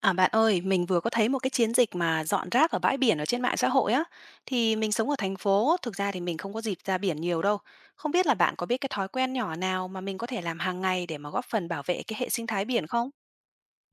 À bạn ơi, mình vừa có thấy một cái chiến dịch mà dọn rác ở bãi biển ở trên mạng xã hội á. Thì mình sống ở thành phố, thực ra thì mình không có dịp ra biển nhiều đâu. Không biết là bạn có biết cái thói quen nhỏ nào mà mình có thể làm hàng ngày để mà góp phần bảo vệ cái hệ sinh thái biển không?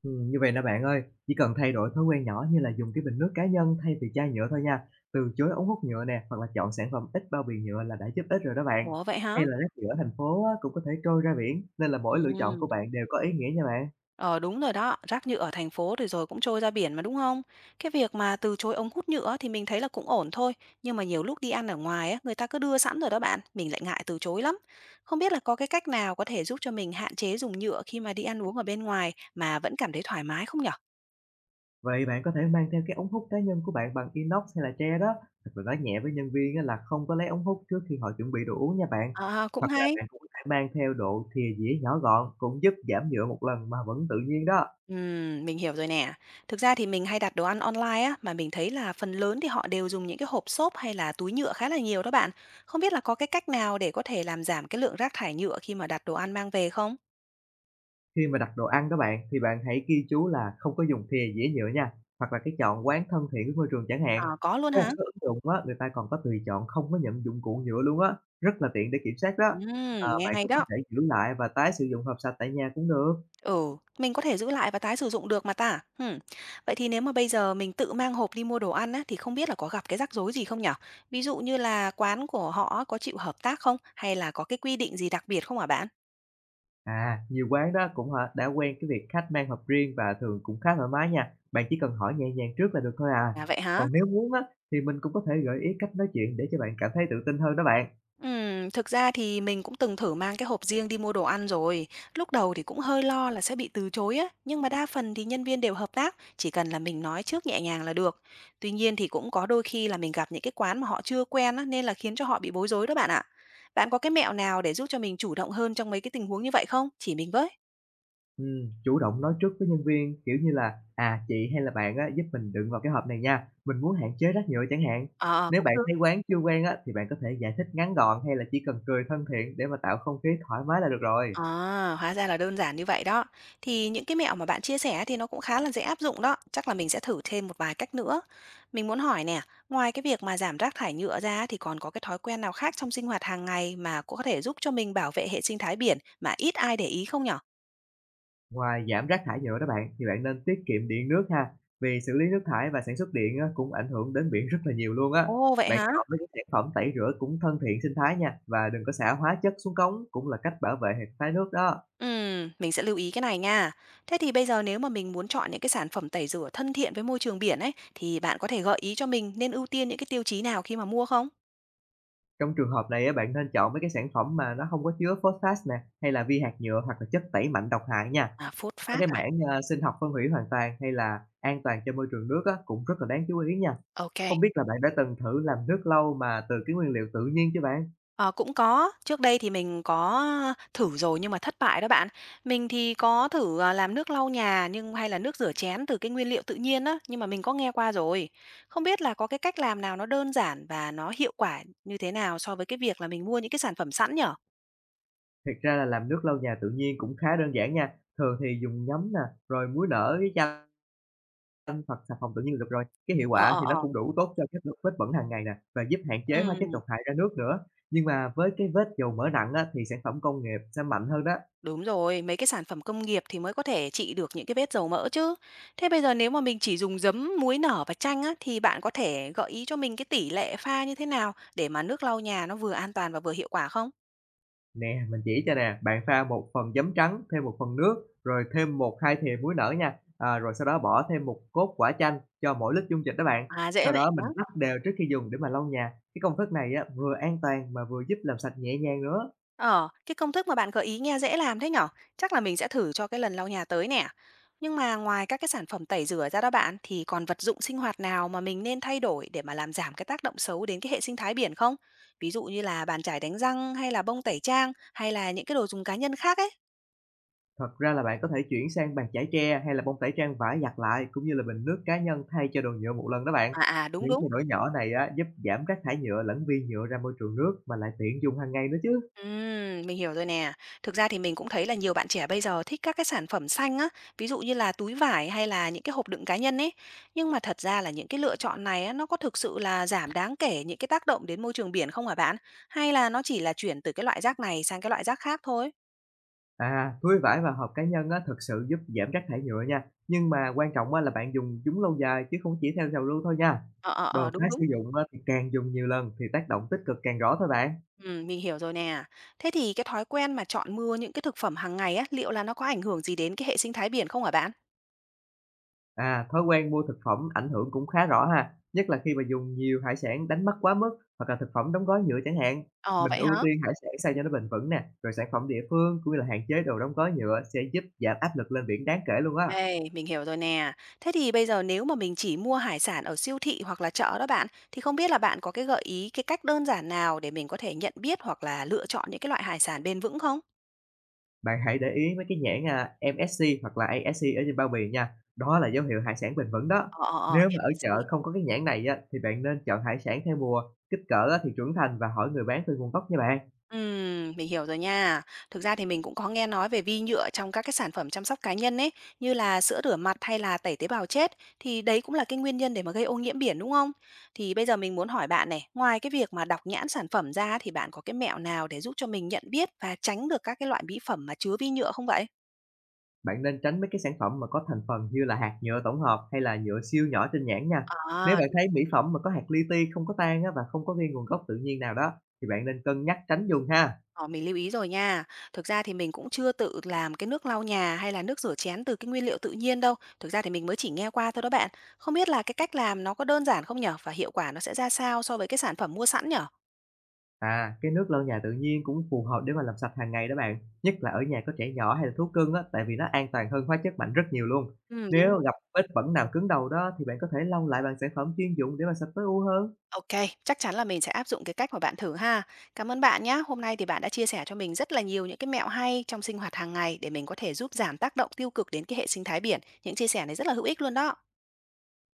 Như vậy nè bạn ơi, chỉ cần thay đổi thói quen nhỏ như là dùng cái bình nước cá nhân thay vì chai nhựa thôi nha, từ chối ống hút nhựa nè, hoặc là chọn sản phẩm ít bao bì nhựa là đã giúp ích rồi đó bạn. Ủa vậy hả? Hay là rác nhựa ở thành phố á, cũng có thể trôi ra biển, nên là mỗi lựa chọn của Ừ. bạn đều có ý nghĩa nha bạn. Ờ đúng rồi đó, rác nhựa ở thành phố thì rồi cũng trôi ra biển mà đúng không? Cái việc mà từ chối ống hút nhựa thì mình thấy là cũng ổn thôi, nhưng mà nhiều lúc đi ăn ở ngoài á, người ta cứ đưa sẵn rồi đó bạn, mình lại ngại từ chối lắm. Không biết là có cái cách nào có thể giúp cho mình hạn chế dùng nhựa khi mà đi ăn uống ở bên ngoài mà vẫn cảm thấy thoải mái không nhở? Vậy bạn có thể mang theo cái ống hút cá nhân của bạn bằng inox hay là tre đó, hoặc là nói nhẹ với nhân viên á là không có lấy ống hút trước khi họ chuẩn bị đồ uống nha bạn. À, cũng Hoặc là hay. bạn cũng có thể mang theo độ thìa dĩa nhỏ gọn, cũng giúp giảm nhựa một lần mà vẫn tự nhiên đó. Mình hiểu rồi nè. Thực ra thì mình hay đặt đồ ăn online á, mà mình thấy là phần lớn thì họ đều dùng những cái hộp xốp hay là túi nhựa khá là nhiều đó bạn. Không biết là có cái cách nào để có thể làm giảm cái lượng rác thải nhựa khi mà đặt đồ ăn mang về không? Khi mà đặt đồ ăn đó bạn, thì bạn hãy ghi chú là không có dùng thìa dĩa nhựa nha, hoặc là cái chọn quán thân thiện với môi trường chẳng À, hạn. có luôn Có một hả? số ứng dụng á, người ta còn có tùy chọn không có nhận dụng cụ nhựa luôn á, rất là tiện để kiểm soát đó. Ờ, Nghe bạn hay cũng có đó. thể giữ lại và tái sử dụng hộp sạch tại nhà cũng được. Ừ, mình có thể giữ lại và tái sử dụng được mà ta. Ừm. Vậy thì nếu mà bây giờ mình tự mang hộp đi mua đồ ăn á, thì không biết là có gặp cái rắc rối gì không nhở? Ví dụ như là quán của họ có chịu hợp tác không? Hay là có cái quy định gì đặc biệt không hả bạn? À, nhiều quán đó cũng hả, đã quen cái việc khách mang hộp riêng và thường cũng khá thoải mái nha. Bạn chỉ cần hỏi nhẹ nhàng trước là được thôi à. À vậy hả? Còn nếu muốn á, thì mình cũng có thể gợi ý cách nói chuyện để cho bạn cảm thấy tự tin hơn đó bạn. Thực ra thì mình cũng từng thử mang cái hộp riêng đi mua đồ ăn rồi. Lúc đầu thì cũng hơi lo là sẽ bị từ chối á, nhưng mà đa phần thì nhân viên đều hợp tác, chỉ cần là mình nói trước nhẹ nhàng là được. Tuy nhiên thì cũng có đôi khi là mình gặp những cái quán mà họ chưa quen á, nên là khiến cho họ bị bối rối đó bạn ạ. Bạn có cái mẹo nào để giúp cho mình chủ động hơn trong mấy cái tình huống như vậy không? Chỉ mình với. Chủ động nói trước với nhân viên, kiểu như là "À, chị hay là bạn á, giúp mình đựng vào cái hộp này nha, mình muốn hạn chế rác nhựa" chẳng hạn. Ờ, Nếu cũng bạn được. thấy quán chưa quen á, thì bạn có thể giải thích ngắn gọn hay là chỉ cần cười thân thiện để mà tạo không khí thoải mái là được rồi. À, hóa ra là đơn giản như vậy đó. Thì những cái mẹo mà bạn chia sẻ thì nó cũng khá là dễ áp dụng đó. Chắc là mình sẽ thử thêm một vài cách nữa. Mình muốn hỏi nè, ngoài cái việc mà giảm rác thải nhựa ra thì còn có cái thói quen nào khác trong sinh hoạt hàng ngày mà cũng có thể giúp cho mình bảo vệ hệ sinh thái biển mà ít ai để ý không nhở? Ngoài giảm rác thải nhựa đó bạn, thì bạn nên tiết kiệm điện nước ha, vì xử lý nước thải và sản xuất điện á, cũng ảnh hưởng đến biển rất là nhiều luôn á. Ồ vậy Bạn hả? chọn mấy cái sản phẩm tẩy rửa cũng thân thiện sinh thái nha, và đừng có xả hóa chất xuống cống cũng là cách bảo vệ hệ sinh thái nước đó. Ừ, mình sẽ lưu ý cái này nha. Thế thì bây giờ nếu mà mình muốn chọn những cái sản phẩm tẩy rửa thân thiện với môi trường biển ấy thì bạn có thể gợi ý cho mình nên ưu tiên những cái tiêu chí nào khi mà mua không? Trong trường hợp này á, bạn nên chọn mấy cái sản phẩm mà nó không có chứa phosphat nè, hay là vi hạt nhựa hoặc là chất tẩy mạnh độc hại nha. À, phốt Có phát cái à? mảng, a, sinh học phân hủy hoàn toàn hay là an toàn cho môi trường nước á, cũng rất là đáng chú ý nha. Ok. Không biết là bạn đã từng thử làm nước lâu mà từ cái nguyên liệu tự nhiên chứ bạn? Ờ, cũng có, trước đây thì mình có thử rồi nhưng mà thất bại đó bạn. Mình thì có thử, làm nước lau nhà nhưng hay là nước rửa chén từ cái nguyên liệu tự nhiên á, nhưng mà mình có nghe qua rồi. Không biết là có cái cách làm nào nó đơn giản và nó hiệu quả như thế nào so với cái việc là mình mua những cái sản phẩm sẵn nhở? Thiệt ra là làm nước lâu nhà tự nhiên cũng khá đơn giản nha, thường thì dùng giấm nè, rồi muối nở với chanh xanh hoặc xà phòng tự nhiên được rồi, cái hiệu Ờ, quả ờ, thì nó ờ. cũng đủ tốt cho các được vết bẩn hàng ngày nè, và giúp hạn chế hóa chất Ừm. độc hại ra nước nữa. Nhưng mà với cái vết dầu mỡ nặng á, thì sản phẩm công nghiệp sẽ mạnh hơn đó. Đúng rồi, mấy cái sản phẩm công nghiệp thì mới có thể trị được những cái vết dầu mỡ chứ. Thế bây giờ nếu mà mình chỉ dùng giấm, muối nở và chanh á, thì bạn có thể gợi ý cho mình cái tỷ lệ pha như thế nào để mà nước lau nhà nó vừa an toàn và vừa hiệu quả không? Nè, mình chỉ cho nè, bạn pha một phần giấm trắng, thêm một phần nước, rồi thêm một hai thìa muối nở nha, à, rồi sau đó bỏ thêm một cốt quả chanh cho mỗi lít dung dịch đó bạn. À dễ Sau vậy đó hả? mình lắc đều trước khi dùng để mà lau nhà. Cái công thức này á, vừa an toàn mà vừa giúp làm sạch nhẹ nhàng nữa. Ờ, cái công thức mà bạn gợi ý nghe dễ làm thế nhở? Chắc là mình sẽ thử cho cái lần lau nhà tới nè. Nhưng mà ngoài các cái sản phẩm tẩy rửa ra đó bạn, thì còn vật dụng sinh hoạt nào mà mình nên thay đổi để mà làm giảm cái tác động xấu đến cái hệ sinh thái biển không? Ví dụ như là bàn chải đánh răng hay là bông tẩy trang hay là những cái đồ dùng cá nhân khác ấy. Thật ra là bạn có thể chuyển sang bàn chải tre hay là bông tẩy trang vải giặt lại, cũng như là bình nước cá nhân thay cho đồ nhựa một lần đó bạn. À à đúng Những đúng. thay đổi nhỏ này á, giúp giảm rác thải nhựa lẫn vi nhựa ra môi trường nước mà lại tiện dùng hàng ngày nữa chứ. Mình hiểu rồi nè. Thực ra thì mình cũng thấy là nhiều bạn trẻ bây giờ thích các cái sản phẩm xanh á, ví dụ như là túi vải hay là những cái hộp đựng cá nhân ấy. Nhưng mà thật ra là những cái lựa chọn này á, nó có thực sự là giảm đáng kể những cái tác động đến môi trường biển không hả bạn? Hay là nó chỉ là chuyển từ cái loại rác này sang cái loại rác khác thôi? À, túi vải và hộp cá nhân á, thực sự giúp giảm rác thải nhựa nha. Nhưng mà quan trọng á, là bạn dùng chúng lâu dài chứ không chỉ theo trào lưu thôi nha. Ờ, ờ, Đồ ờ, tái đúng đúng. sử dụng á, thì càng dùng nhiều lần thì tác động tích cực càng rõ thôi bạn. Ừ, mình hiểu rồi nè. Thế thì cái thói quen mà chọn mua những cái thực phẩm hàng ngày á, liệu là nó có ảnh hưởng gì đến cái hệ sinh thái biển không hả bạn? À, thói quen mua thực phẩm ảnh hưởng cũng khá rõ ha, nhất là khi mà dùng nhiều hải sản đánh mất quá mức hoặc là thực phẩm đóng gói nhựa chẳng hạn. Ờ, Mình vậy ưu hả? tiên hải sản sao cho nó bền vững nè, rồi sản phẩm địa phương cũng như là hạn chế đồ đóng gói nhựa sẽ giúp giảm áp lực lên biển đáng kể luôn á. Đây, mình hiểu rồi nè. Thế thì bây giờ nếu mà mình chỉ mua hải sản ở siêu thị hoặc là chợ đó bạn, thì không biết là bạn có cái gợi ý cái cách đơn giản nào để mình có thể nhận biết hoặc là lựa chọn những cái loại hải sản bền vững không? Bạn hãy để ý mấy cái nhãn à, MSC hoặc là ASC ở trên bao bì nha, đó là dấu hiệu hải sản bền vững đó. Ờ, ờ, ờ, Nếu mà ở MSC. chợ không có cái nhãn này á, thì bạn nên chọn hải sản theo mùa, kích cỡ á thì trưởng thành và hỏi người bán về nguồn gốc nha bạn. Mình hiểu rồi nha. Thực ra thì mình cũng có nghe nói về vi nhựa trong các cái sản phẩm chăm sóc cá nhân ấy, như là sữa rửa mặt hay là tẩy tế bào chết, thì đấy cũng là cái nguyên nhân để mà gây ô nhiễm biển đúng không? Thì bây giờ mình muốn hỏi bạn này, ngoài cái việc mà đọc nhãn sản phẩm ra thì bạn có cái mẹo nào để giúp cho mình nhận biết và tránh được các cái loại mỹ phẩm mà chứa vi nhựa không vậy? Bạn nên tránh mấy cái sản phẩm mà có thành phần như là hạt nhựa tổng hợp hay là nhựa siêu nhỏ trên nhãn nha. Nếu À. bạn thấy mỹ phẩm mà có hạt li ti không có tan á và không có ghi nguồn gốc tự nhiên nào đó thì bạn nên cân nhắc tránh dùng ha. Ờ, mình lưu ý rồi nha. Thực ra thì mình cũng chưa tự làm cái nước lau nhà hay là nước rửa chén từ cái nguyên liệu tự nhiên đâu. Thực ra thì mình mới chỉ nghe qua thôi đó bạn. Không biết là cái cách làm nó có đơn giản không nhở? Và hiệu quả nó sẽ ra sao so với cái sản phẩm mua sẵn nhở? À, cái nước lau nhà tự nhiên cũng phù hợp để mà làm sạch hàng ngày đó bạn, nhất là ở nhà có trẻ nhỏ hay là thú cưng á, tại vì nó an toàn hơn hóa chất mạnh rất nhiều luôn. Ừ, đúng Nếu đúng. gặp vết bẩn nào cứng đầu đó thì bạn có thể lau lại bằng sản phẩm chuyên dụng để mà sạch tối ưu hơn. Ok, chắc chắn là mình sẽ áp dụng cái cách mà bạn thử ha. Cảm ơn bạn nhá. Hôm nay thì bạn đã chia sẻ cho mình rất là nhiều những cái mẹo hay trong sinh hoạt hàng ngày để mình có thể giúp giảm tác động tiêu cực đến cái hệ sinh thái biển. Những chia sẻ này rất là hữu ích luôn đó.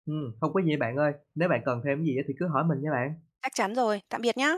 Ừ, không có gì bạn ơi, nếu bạn cần thêm cái gì á thì cứ hỏi mình nha bạn. Chắc chắn rồi. Tạm biệt nhá.